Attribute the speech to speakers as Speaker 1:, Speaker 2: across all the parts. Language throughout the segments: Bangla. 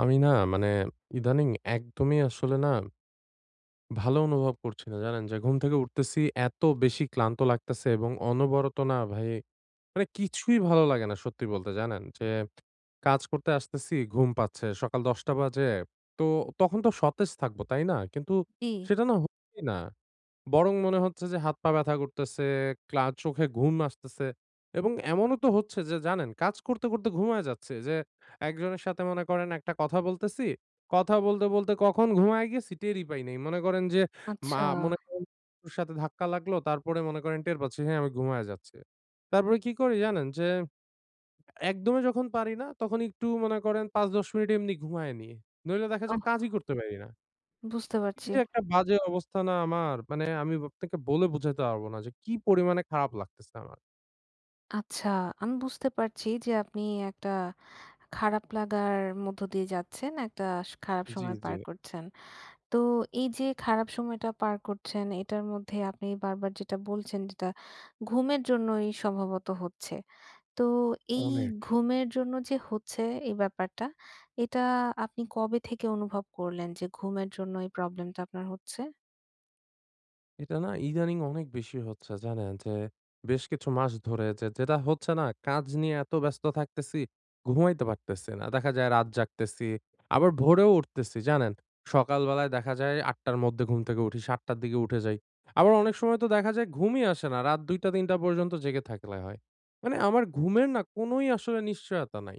Speaker 1: আমি না মানে ইদানিং একদমই আসলে না ভালো অনুভব করছি না, জানেন? যে ঘুম থেকে উঠতেছি এত বেশি ক্লান্ত লাগতেছে এবং অনবরত, না ভাই মানে কিছুই ভালো লাগে না সত্যি বলতে, জানেন যে কাজ করতে আসতেছি ঘুম পাচ্ছে, সকাল দশটা বাজে তো তখন তো সতেজ থাকবো তাই না? কিন্তু
Speaker 2: জি,
Speaker 1: সেটা না হচ্ছেই না, বরং মনে হচ্ছে যে হাত পা ব্যথা করতেছে, চোখে ঘুম আসতেছে এবং এমনও তো হচ্ছে যে জানেন কাজ করতে, করতে ঘুমায় যাচ্ছি, যে একজনের সাথে মনে করেন একটা কথা বলতেছি। কথা বলতে, বলতে কখন ঘুমায় গেছি টেরই পাই নাই। মনে করেন যে মা
Speaker 2: আচ্ছা।
Speaker 1: মনে করেন ওর সাথে ধাক্কা লাগলো, তারপরে মনে করেন টের পাচ্ছি হ্যাঁ, আমি ঘুমায়ে যাচ্ছি। তারপরে কি করি জানেন? যে একদমই যখন পারি না তখন একটু মনে করেন ৫-১০ মিনিট এমনি ঘুমায়ে নিই। নইলে দেখা
Speaker 2: ওহ!
Speaker 1: যায় কাজই করতে পারি না।
Speaker 2: বুঝতে
Speaker 1: কি
Speaker 2: পারছি।
Speaker 1: যে একটা বাজে অবস্থা না আমার, মানে আমি আপনাকে বলে বুঝাতে পারব না যে কি পরিমাণে খারাপ লাগতেছে আমার।
Speaker 2: আচ্ছা, আমি বুঝতে পারছি যে আপনি একটা খারাপ লাগার মধ্য দিয়ে যাচ্ছেন, একটা খারাপ
Speaker 1: জি,
Speaker 2: সময়
Speaker 1: জি,
Speaker 2: পার করছেন। তো এই যে খারাপ সময়টা পার করছেন, এটার মধ্যে আপনি বারবার যেটা বলছেন যেটা ঘুমের জন্যই সম্ভবত হচ্ছে। তো এই
Speaker 1: অনেক।
Speaker 2: ঘুমের জন্য যে হচ্ছে এই ব্যাপারটা, এটা আপনি কবে থেকে অনুভব করলেন যে ঘুমের জন্য এই প্রবলেমটা আপনার হচ্ছে?
Speaker 1: এটা না ইদানিং অনেক বেশি হচ্ছে জানেন, যে বেশ কিছু মাস ধরে যে যেটা হচ্ছে না কাজ নিয়ে এত ব্যস্ত থাকতেছি, ঘুমাইতে পারতেছি না, দেখা যায় রাত জাগতেছি, আবার ভোরেও উঠতেছি জানেন। সকালবেলায় দেখা যায় আটটার মধ্যে ঘুম থেকে উঠি, সাতটার দিকে উঠে যাই। আবার অনেক সময় তো দেখা যায় ঘুমই আসে না, রাত দুইটা তিনটা পর্যন্ত জেগে থাকলে হয়। মানে আমার ঘুমের না কোনোই আসলে নিশ্চয়তা নাই।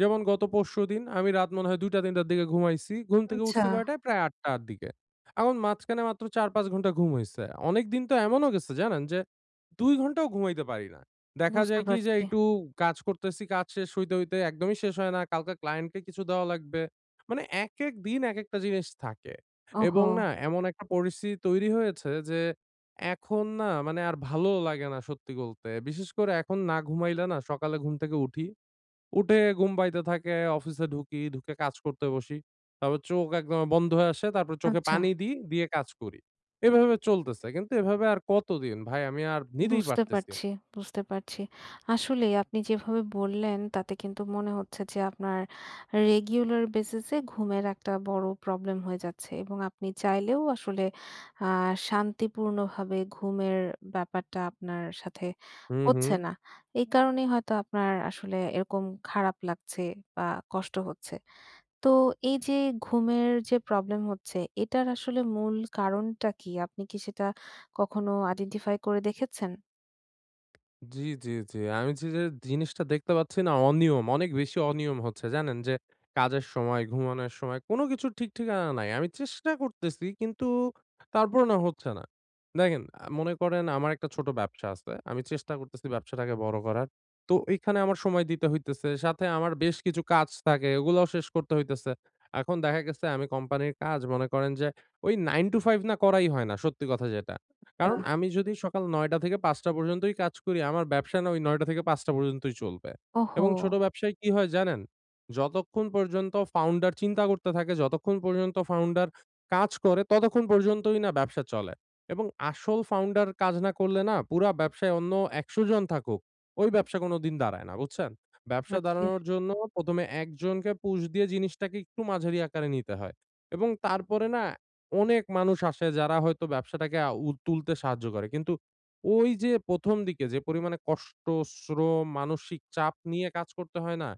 Speaker 1: যেমন গত পরশু দিন আমি রাত মনে হয় দুইটা তিনটার দিকে ঘুমাইছি, ঘুম থেকে
Speaker 2: আচ্ছা,
Speaker 1: উঠছি কয়টায়? প্রায় আটটার দিকে। এখন মাঝখানে মাত্র ৪-৫ ঘন্টা ঘুম হইছে। অনেকদিন তো এমনও গেছে জানেন যে ২ ঘন্টাও ঘুমাইতে পারি না। দেখা
Speaker 2: বুঝতে
Speaker 1: যায় কি যে
Speaker 2: পারছি।
Speaker 1: একটু কাজ করতেছি, কাজ শেষ হইতে, হইতে একদমই শেষ হয় না। কালকে ক্লায়েন্টকে কিছু দেওয়া লাগবে। মানে একেক দিন একেকটা জিনিস থাকে এবং
Speaker 2: ওহো!
Speaker 1: না এমন একটা পরিস্থিতি তৈরি হয়েছে যে এখন না মানে আর ভালো লাগে না সত্যি বলতে। বিশেষ করে এখন না ঘুমাইলে না সকালে ঘুম থেকে উঠি, উঠে ঘুম পাইতে থাকে, অফিসে ঢুকি, ঢুকে কাজ করতে বসি। তারপর চোখ একদম বন্ধ হয়ে আসে। তারপর চোখে
Speaker 2: আচ্ছা।
Speaker 1: পানি দিই, দিয়ে কাজ করি। এভাবে চলতেছে। কিন্তু এভাবে আর কতদিন? ভাই আমি আর নিতেই
Speaker 2: বুঝতে
Speaker 1: পারতেছি না।
Speaker 2: পারছি, বুঝতে পারছি। আসলেই আপনি যেভাবে বললেন তাতে কিন্তু মনে হচ্ছে যে আপনার রেগুলার বেসিস এ ঘুমের একটা বড় প্রবলেম হয়ে যাচ্ছে এবং আপনি চাইলেও আসলে আ শান্তিপূর্ণভাবে ঘুমের ব্যাপারটা আপনার সাথে
Speaker 1: হুম, হুম।
Speaker 2: হচ্ছে না। এই কারণেই হয়তো আপনার আসলে এরকম খারাপ লাগছে বা কষ্ট হচ্ছে। তো এই যে ঘুমের যে প্রবলেম হচ্ছে এটার আসলে মূল কারণটা কি? আপনি কি সেটা কখনো আইডেন্টিফাই করে দেখেছেন?
Speaker 1: জি, জি, জি। আমি যে জিনিসটা দেখতে পাচ্ছি না অনিয়ম, অনেক বেশি অনিয়ম হচ্ছে জানেন? যে কাজের সময়, ঘুমানোর সময় কোনো কিছুর ঠিক ঠিকানা নাই। আমি চেষ্টা করতেছি কিন্তু তারপর না হচ্ছে না। দেখেন মনে করেন আমার একটা ছোট ব্যবসা আছে। আমি চেষ্টা করতেছি ব্যবসাটাকে বড় করার। তো এখানে আমার সময় দিতে হইতেছে। সাথে আমার বেশ কিছু কাজ থাকে, ওগুলাও শেষ করতে হইতেছে। এখন দেখা গেছে আমি কোম্পানির কাজ মনে করেন যে ওই 9 to 5 না করাই হয় না, সত্যি কথা যেটা।
Speaker 2: আচ্ছা।
Speaker 1: কারণ আমি যদি সকাল ৯ঃ০০ থেকে ৫ঃ০০ পর্যন্তই কাজ করি, আমার ব্যবসা না ওই ৯ঃ০০ থেকে ৫ঃ০০ পর্যন্তই চলবে।
Speaker 2: ওহো!
Speaker 1: এবং ছোট ব্যবসায় কি হয় জানেন? যতক্ষণ পর্যন্ত ফাউন্ডার চিন্তা করতে থাকে, যতক্ষণ পর্যন্ত ফাউন্ডার কাজ করে, ততক্ষণ পর্যন্তই না ব্যবসা চলে। এবং আসল ফাউন্ডার কাজ না করলে না, পুরা ব্যবসায় অন্য ১০০ জন থাকুক, ওই ব্যবসা কোনদিন দাঁড়ায় না, বুঝছেন? ব্যবসা
Speaker 2: বুঝছি।
Speaker 1: দাঁড়ানোর জন্য ১ম এ একজনকে পুশ দিয়ে জিনিসটাকে একটু মাঝারি আকারে নিতে হয়। এবং তারপরে না অনেক মানুষ আসে যারা হয়তো ব্যবসাটাকে আ উ তুলতে সাহায্য করে। কিন্তু ওই যে ১ম দিকে যে পরিমাণে কষ্ট, শ্রম, মানসিক চাপ নিয়ে কাজ করতে হয় না?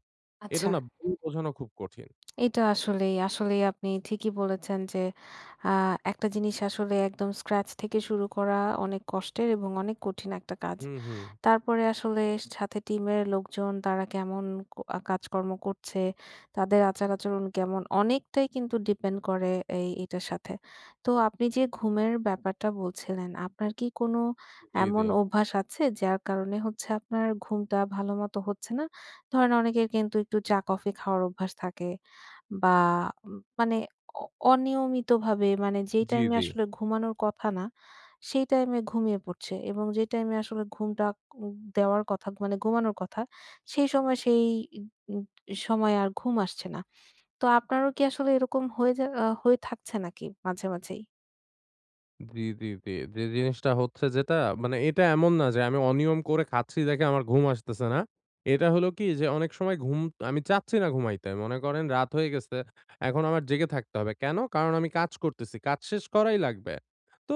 Speaker 1: এটা
Speaker 2: আচ্ছা।
Speaker 1: না বলে বোঝানো খুব কঠিন।
Speaker 2: এটা আসলেই, আসলেই আপনি ঠিকই বলেছেন যে, আ একটা জিনিস আসলে একদম স্ক্র্যাচ থেকে শুরু করা অনেক কষ্টের এবং অনেক কঠিন একটা কাজ।
Speaker 1: হুম, হুম।
Speaker 2: তারপরে আসলে সাথে টিমের লোকজন তারা কেমন ক আ কাজকর্ম করছে, তাদের আচার-আচরণ কেমন অনেকটাই কিন্তু ডিপেন্ড করে এটার সাথে। তো আপনি যে ঘুমের ব্যাপারটা বলছিলেন, আপনার কি কোনো
Speaker 1: জি, জি।
Speaker 2: এমন অভ্যাস আছে যার কারণে হচ্ছে আপনার ঘুমটা ভালোমত হচ্ছে না? ধরেন অনেকের কিন্তু একটু চা-কফি খাওয়ার অভ্যাস থাকে বা মানে অ অনিয়মিতভাবে মানে যেই
Speaker 1: জি,
Speaker 2: টাইমে
Speaker 1: জি।
Speaker 2: আসলে ঘুমানোর কথা না সেই টাইমে ঘুমিয়ে পড়ছে এবং যে টাইমে আসলে ঘুমটা দেওয়ার কথা মানে ঘুমানোর কথা, সেই সময় সেই উম সময় আর ঘুম আসছে না। তো আপনারও কি আসলে এরকম হয়ে যা আ হয়ে থাকছে নাকি মাঝে, মাঝেই?
Speaker 1: জি, জি, জি। যে জিনিসটা হচ্ছে যেটা মানে এটা এমন না যে আমি অনিয়ম করে খাচ্ছি দেখে আমার ঘুম আসতেছে না। এটা হলো কি যে অনেক সময় ঘুম আমি চাচ্ছি না ঘুমাইতে। মনে করেন রাত হয়ে গেছে। এখন আমার জেগে থাকতে হবে। কেন? কারণ আমি কাজ করতেছি। কাজ শেষ করাই লাগবে। তো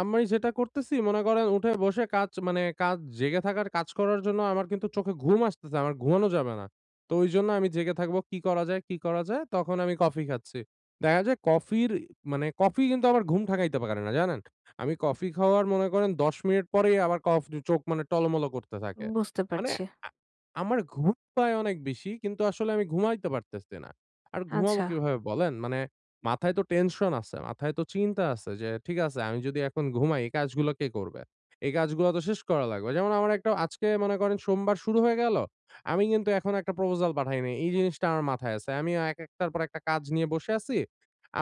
Speaker 1: আমি যেটা করতেছি মনে করেন উঠে বসে কাজ মানে কাজ জেগে থাকার কাজ করার জন্য, আমার কিন্তু চোখে ঘুম আসতেছে। আমার ঘুমানো যাবে না। তো ওইজন্য আমি জেগে থাকবো। কি করা যায়, কি করা যায়? তখন আমি কফি খাচ্ছি। দেখা যায় কফির মানে কফি কিন্তু আবার ঘুম ঠেকাইতে পারে না, জানেন? আমি কফি খাওয়ার মনে করেন ১০ মিনিট পরেই আবার চোখ মানে টলমল করতে থাকে।
Speaker 2: বুঝতে
Speaker 1: মানে
Speaker 2: পারছি।
Speaker 1: আ আমার ঘুম পায় অনেক বেশি, কিন্তু আসলে আমি ঘুমাইতে পারতেছি না। আর ঘুমাবো
Speaker 2: আচ্ছা,
Speaker 1: কিভাবে বলেন? মানে মাথায় তো টেনশন আছে, মাথায় তো চিন্তা আছে যে ঠিক আছে আমি যদি এখন ঘুমাই এই কাজগুলো কে করবে? এই কাজগুলো তো শেষ করা লাগবে। যেমন আমার একটা আজকে মনে করেন সোমবার শুরু হয়ে গেল। আমি কিন্তু এখনো একটা প্রপোজাল পাঠাই নাই। এই জিনিসটা আমার মাথায় আছে। আমি এক একটার পর একটা কাজ নিয়ে বসে আছি।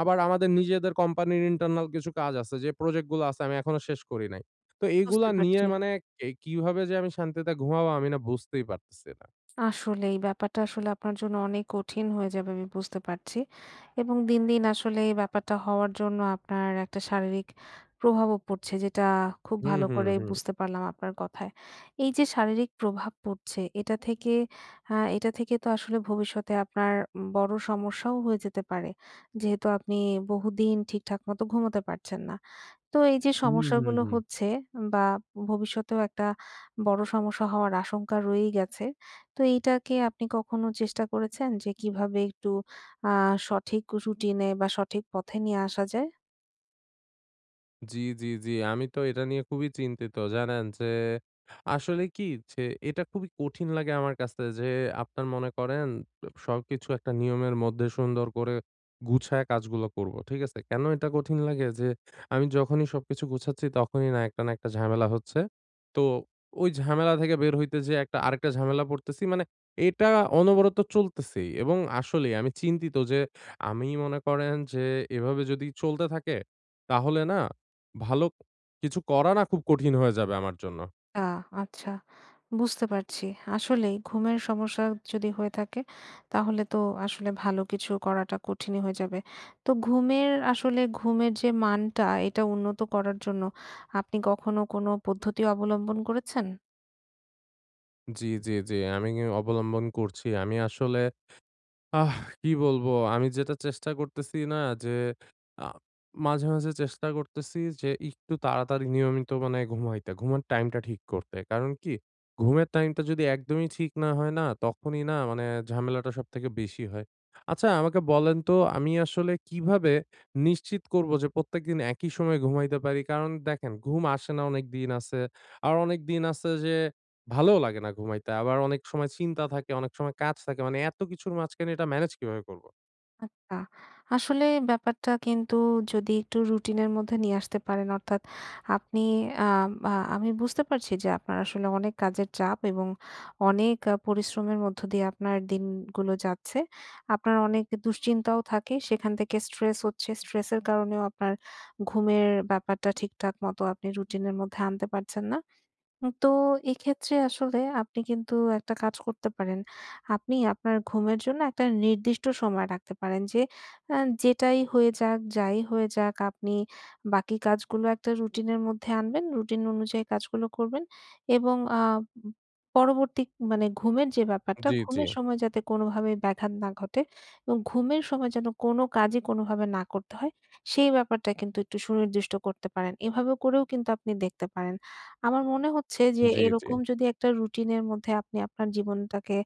Speaker 1: আবার আমাদের নিজেদের কোম্পানির ইন্টারনাল কিছু কাজ আছে, যে প্রজেক্ট গুলো আছে আমি এখনো শেষ করি নাই। তো এগুলা
Speaker 2: বুঝতে
Speaker 1: নিয়ে
Speaker 2: পারছি।
Speaker 1: মানে এ কিভাবে যে আমি শান্তিতে ঘুমাবো আমি না বুঝতেই পারতেছি না।
Speaker 2: আসলে এই ব্যাপারটা আসলে আপনার জন্য অনেক কঠিন হয়ে যাবে আমি বুঝতে পারছি। এবং দিন, দিন আসলে এই ব্যাপারটা হওয়ার জন্য আপনার একটা শারীরিক প্রভাবও পড়ছে যেটা খুব
Speaker 1: হুম,
Speaker 2: ভালো
Speaker 1: হুম,
Speaker 2: করে
Speaker 1: হুম।
Speaker 2: বুঝতে পারলাম আপনার কথায়। এই যে শারীরিক প্রভাব পড়ছে এটা থেকে এটা থেকে তো আসলে ভবিষ্যতে আপনার বড় সমস্যাও হয়ে যেতে পারে। যেহেতু আপনি বহুদিন ঠিকঠাক মতো ঘুমোতে পারছেন না। তো এই যে
Speaker 1: হুম, হুম,
Speaker 2: সমস্যাগুলো
Speaker 1: হুম।
Speaker 2: হচ্ছে বা ভবিষ্যতেও একটা বড় সমস্যা হওয়ার আশঙ্কা রয়েই গেছে। তো এইটাকে আপনি কখনো চেষ্টা করেছেন যে কিভাবে একটু আ সঠিক রুটিনে বা সঠিক পথে নিয়ে আসা যায়?
Speaker 1: জি, জি, জি। আমি তো এটা নিয়ে খুবই চিন্তিত জানেন, যে আসলে কি যে এটা খুবই কঠিন লাগে আমার কাছে যে আপনার মনে করেন সবকিছু একটা নিয়মের মধ্যে সুন্দর করে গুছায় কাজগুলো করব। ঠিক আছে? কেন এটা কঠিন লাগে? যে আমি যখনই সবকিছু গুছাচ্ছি তখনই না একটা না একটা ঝামেলা হচ্ছে। তো ওই ঝামেলা থেকে বের হইতে যেয়ে একটা আরেকটা ঝামেলা পড়তেছি। মানে এটা অনবরত চলতেছেই, এবং আসলেই আমি চিন্তিত যে আমি মনে করেন যে এভাবে যদি চলতে থাকে তাহলে না ভালো কিছু করা না খুব কঠিন হয়ে যাবে আমার জন্য।
Speaker 2: আ আচ্ছা, বুঝতে পারছি। আসলেই ঘুমের সমস্যা যদি হয়ে থাকে তাহলে তো আসলে ভালো কিছু করাটা কঠিনই হয়ে যাবে। তো ঘুমের আসলে ঘুমের যে মানটা এটা উন্নত করার জন্য আপনি কখনো কোনো পদ্ধতি অবলম্বন করেছেন?
Speaker 1: জি, জি, জি। আমি অবলম্বন করছি। আমি আসলে আহ! কি বলবো? আমি যেটা চেষ্টা করতেছি না যে আ মাঝে, মাঝে চেষ্টা করতেছি যে একটু তাড়াতাড়ি নিয়মিত মানে ঘুমাইতে। ঘুমের টাইমটা ঠিক করতে। কারণ কি? ঘুমের টাইমটা যদি একদমই ঠিক না হয় না? তখনই না মানে ঝামেলাটা সবথেকে বেশি হয়। আচ্ছা আমাকে বলেন তো আমি আসলে কিভাবে নিশ্চিত করবো যে প্রত্যেকদিন একই সময়ে ঘুমাইতে পারি? কারণ দেখেন ঘুম আসে না অনেক দিন আছে। আর অনেক দিন আছে যে ভালোও লাগে না ঘুমাইতে। আবার অনেক সময় চিন্তা থাকে, অনেক সময় কাজ থাকে। মানে এত কিছুর মাঝখানে এটা ম্যানেজ কিভাবে করব?
Speaker 2: আচ্ছা। আসলে ব্যাপারটা কিন্তু যদি একটু রুটিনের মধ্যে নিয়ে আসতে পারেন অর্থাৎ আপনি আ আ আমি বুঝতে পারছি যে আপনার আসলে অনেক কাজের চাপ এবং অনেক পরিশ্রমের মধ্য দিয়ে আপনার দিনগুলো যাচ্ছে। আপনার অনেক দুশ্চিন্তাও থাকে। সেখান থেকে স্ট্রেস হচ্ছে। স্ট্রেসের কারণেও আপনার ঘুমের ব্যাপারটা ঠিকঠাক মতো আপনি রুটিনের মধ্যে আনতে পারছেন না। তো এক্ষেত্রে আসলে আপনি কিন্তু একটা কাজ করতে পারেন। আপনি আপনার ঘুমের জন্য একটা নির্দিষ্ট সময় রাখতে পারেন যে আ যেটাই হয়ে যাক, যাই হয়ে যাক আপনি বাকি কাজগুলো একটা রুটিনের মধ্যে আনবেন। রুটিন অনুযায়ী কাজগুলো করবেন এবং পরবর্তী মানে ঘুমের যে ব্যাপারটা,
Speaker 1: জি, জি,
Speaker 2: ঘুমের সময় যাতে কোনোভাবেই ব্যাঘাত না ঘটে এবং ঘুমের সময় যেন কোনো কাজই কোনোভাবে না করতে হয়, সেই ব্যাপারটা কিন্তু একটু সুনির্দিষ্ট করতে পারেন। এভাবে করেও কিন্তু আপনি দেখতে পারেন। আমার মনে হচ্ছে যে
Speaker 1: জি, জি।
Speaker 2: এরকম যদি একটা রুটিনের মধ্যে আপনি আপনার জীবনটাকে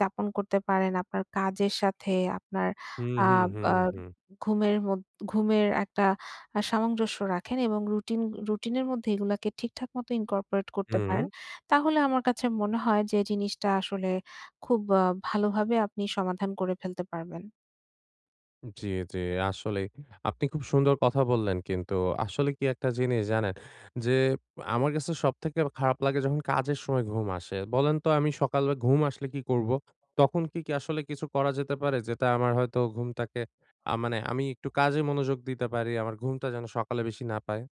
Speaker 2: যাপন করতে পারেন, আপনার কাজের সাথে আপনার
Speaker 1: হুম,
Speaker 2: আ
Speaker 1: হুম, হুম,
Speaker 2: আ
Speaker 1: হুম,
Speaker 2: ঘুমের মদ ঘুমের একটা সামঞ্জস্য রাখেন এবং রুটিনের মধ্যে এগুলাকে ঠিকঠাক মতো incorporate করতে
Speaker 1: হুম।
Speaker 2: পারেন। তাহলে আমার কাছে মনে হয় যে জিনিসটা আসলে খুব ভালোভাবে আপনি সমাধান করে ফেলতে পারবেন।
Speaker 1: জি, জি, আসলেই। আপনি খুব সুন্দর কথা বললেন কিন্তু আসলে কি একটা জিনিস জানেন? যে আমার কাছে সবথেকে খারাপ লাগে যখন কাজের সময় ঘুম আসে। বলেন তো আমি সকালে ঘুম আসলে কি করব? তখন কি আসলে কিছু করা যেতে পারে যেটা আমার হয়তো ঘুমটাকে মানে আমি একটু কাজে মনোযোগ দিতে পারি, আমার ঘুমটা যেন সকালে বেশি না পায়?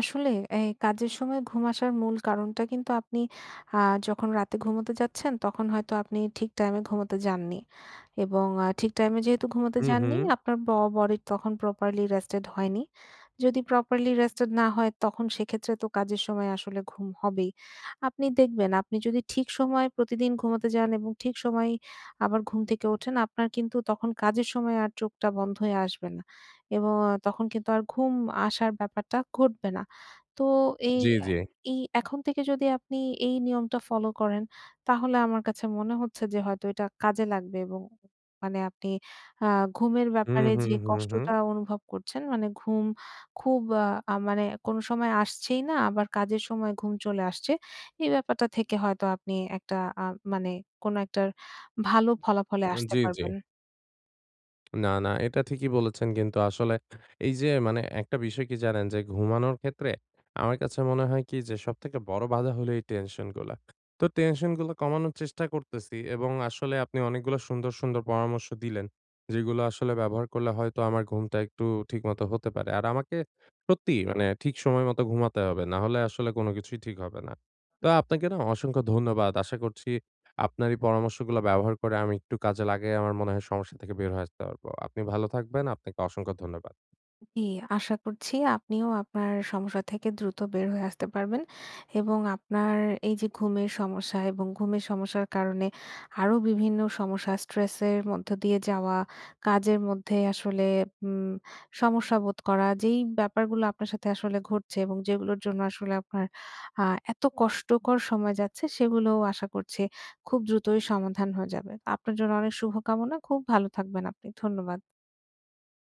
Speaker 2: আসলে এই কাজের সময় ঘুম আসার মূল কারণটা কিন্তু আপনি আ যখন রাতে ঘুমোতে যাচ্ছেন তখন হয়তো আপনি ঠিক টাইমে ঘুমোতে যাননি। এবং ঠিক টাইমে যেহেতু ঘুমোতে
Speaker 1: হুম,
Speaker 2: যাননি
Speaker 1: হুম।
Speaker 2: আপনার বডি তখন প্রপারলি রেস্টেড হয়নি। যদি প্রপারলি রেস্টেড না হয় তখন সেক্ষেত্রে তো কাজের সময় আসলে ঘুম হবেই। আপনি দেখবেন আপনি যদি ঠিক সময়ে প্রতিদিন ঘুমোতে যান এবং ঠিক সময়েই আবার ঘুম থেকে ওঠেন আপনার কিন্তু তখন কাজের সময় আর চোখটা বন্ধ হয়ে আসবে না। এবং তখন কিন্তু আর ঘুম আসার ব্যাপারটা ঘটবে না। তো এই
Speaker 1: জি,
Speaker 2: আ
Speaker 1: জি।
Speaker 2: এই এখন থেকে যদি আপনি এই নিয়মটা ফলো করেন, তাহলে আমার কাছে মনে হচ্ছে যে হয়তো এটা কাজে লাগবে এবং মানে আপনি আ ঘুমের
Speaker 1: হুম,
Speaker 2: ব্যাপারে
Speaker 1: হুম,
Speaker 2: যে
Speaker 1: হুম, হুম।
Speaker 2: কষ্টটা অনুভব করছেন মানে ঘুম খুব আ আ মানে কোনো সময় আসছেই না, আবার কাজের সময় ঘুম চলে আসছে। এই ব্যাপারটা থেকে হয়তো আপনি একটা আ মানে কোনো একটার ভালো ফলাফলে আসতে
Speaker 1: জি, জি।
Speaker 2: পারবেন।
Speaker 1: না, না, এটা ঠিকই বলেছেন কিন্তু আসলে এই যে মানে একটা বিষয় কি জানেন? যে ঘুমানোর ক্ষেত্রে আমার কাছে মনে হয় কি যে সবথেকে বড় বাধা হলো এই টেনশন গুলা। তো টেনশন গুলো কমানোর চেষ্টা করতেছি এবং আসলে আপনি অনেকগুলো সুন্দর, সুন্দর পরামর্শ দিলেন। যেগুলো আসলে ব্যবহার করলে হয়তো আমার ঘুমটা একটু ঠিকমতো হতে পারে। আর আমাকে সত্যি মানে ঠিক সময় মতো ঘুমাতে হবে। নাহলে আসলে কোন কিছুই ঠিক হবে না। তো আপনাকে না অসংখ্য ধন্যবাদ। আশা করছি আপনার এই পরামর্শগুলো ব্যবহার করে আমি একটু কাজে লাগিয়ে আমার মনে হয় সমস্যা থেকে বের হয়ে আসতে পারবো। আপনি ভালো থাকবেন। আপনাকে অসংখ্য ধন্যবাদ।
Speaker 2: জি, আশা করছি আপনিও আপনার সমস্যা থেকে দ্রুত বের হয়ে আসতে পারবেন এবং আপনার এই যে ঘুমের সমস্যা এবং ঘুমের সমস্যার কারণে আরো বিভিন্ন সমস্যা স্ট্রেসের মধ্য দিয়ে যাওয়া, কাজের মধ্যে আসলে উম সমস্যা বোধ করা যেই ব্যাপারগুলো আপনার সাথে আসলে ঘটছে এবং যেগুলোর জন্য আসলে আপনার আ এত কষ্টকর সময় যাচ্ছে সেগুলোও আশা করছি খুব দ্রুতই সমাধান হয়ে যাবে। আপনার জন্য অনেক শুভকামনা। খুব ভালো থাকবেন আপনি। ধন্যবাদ।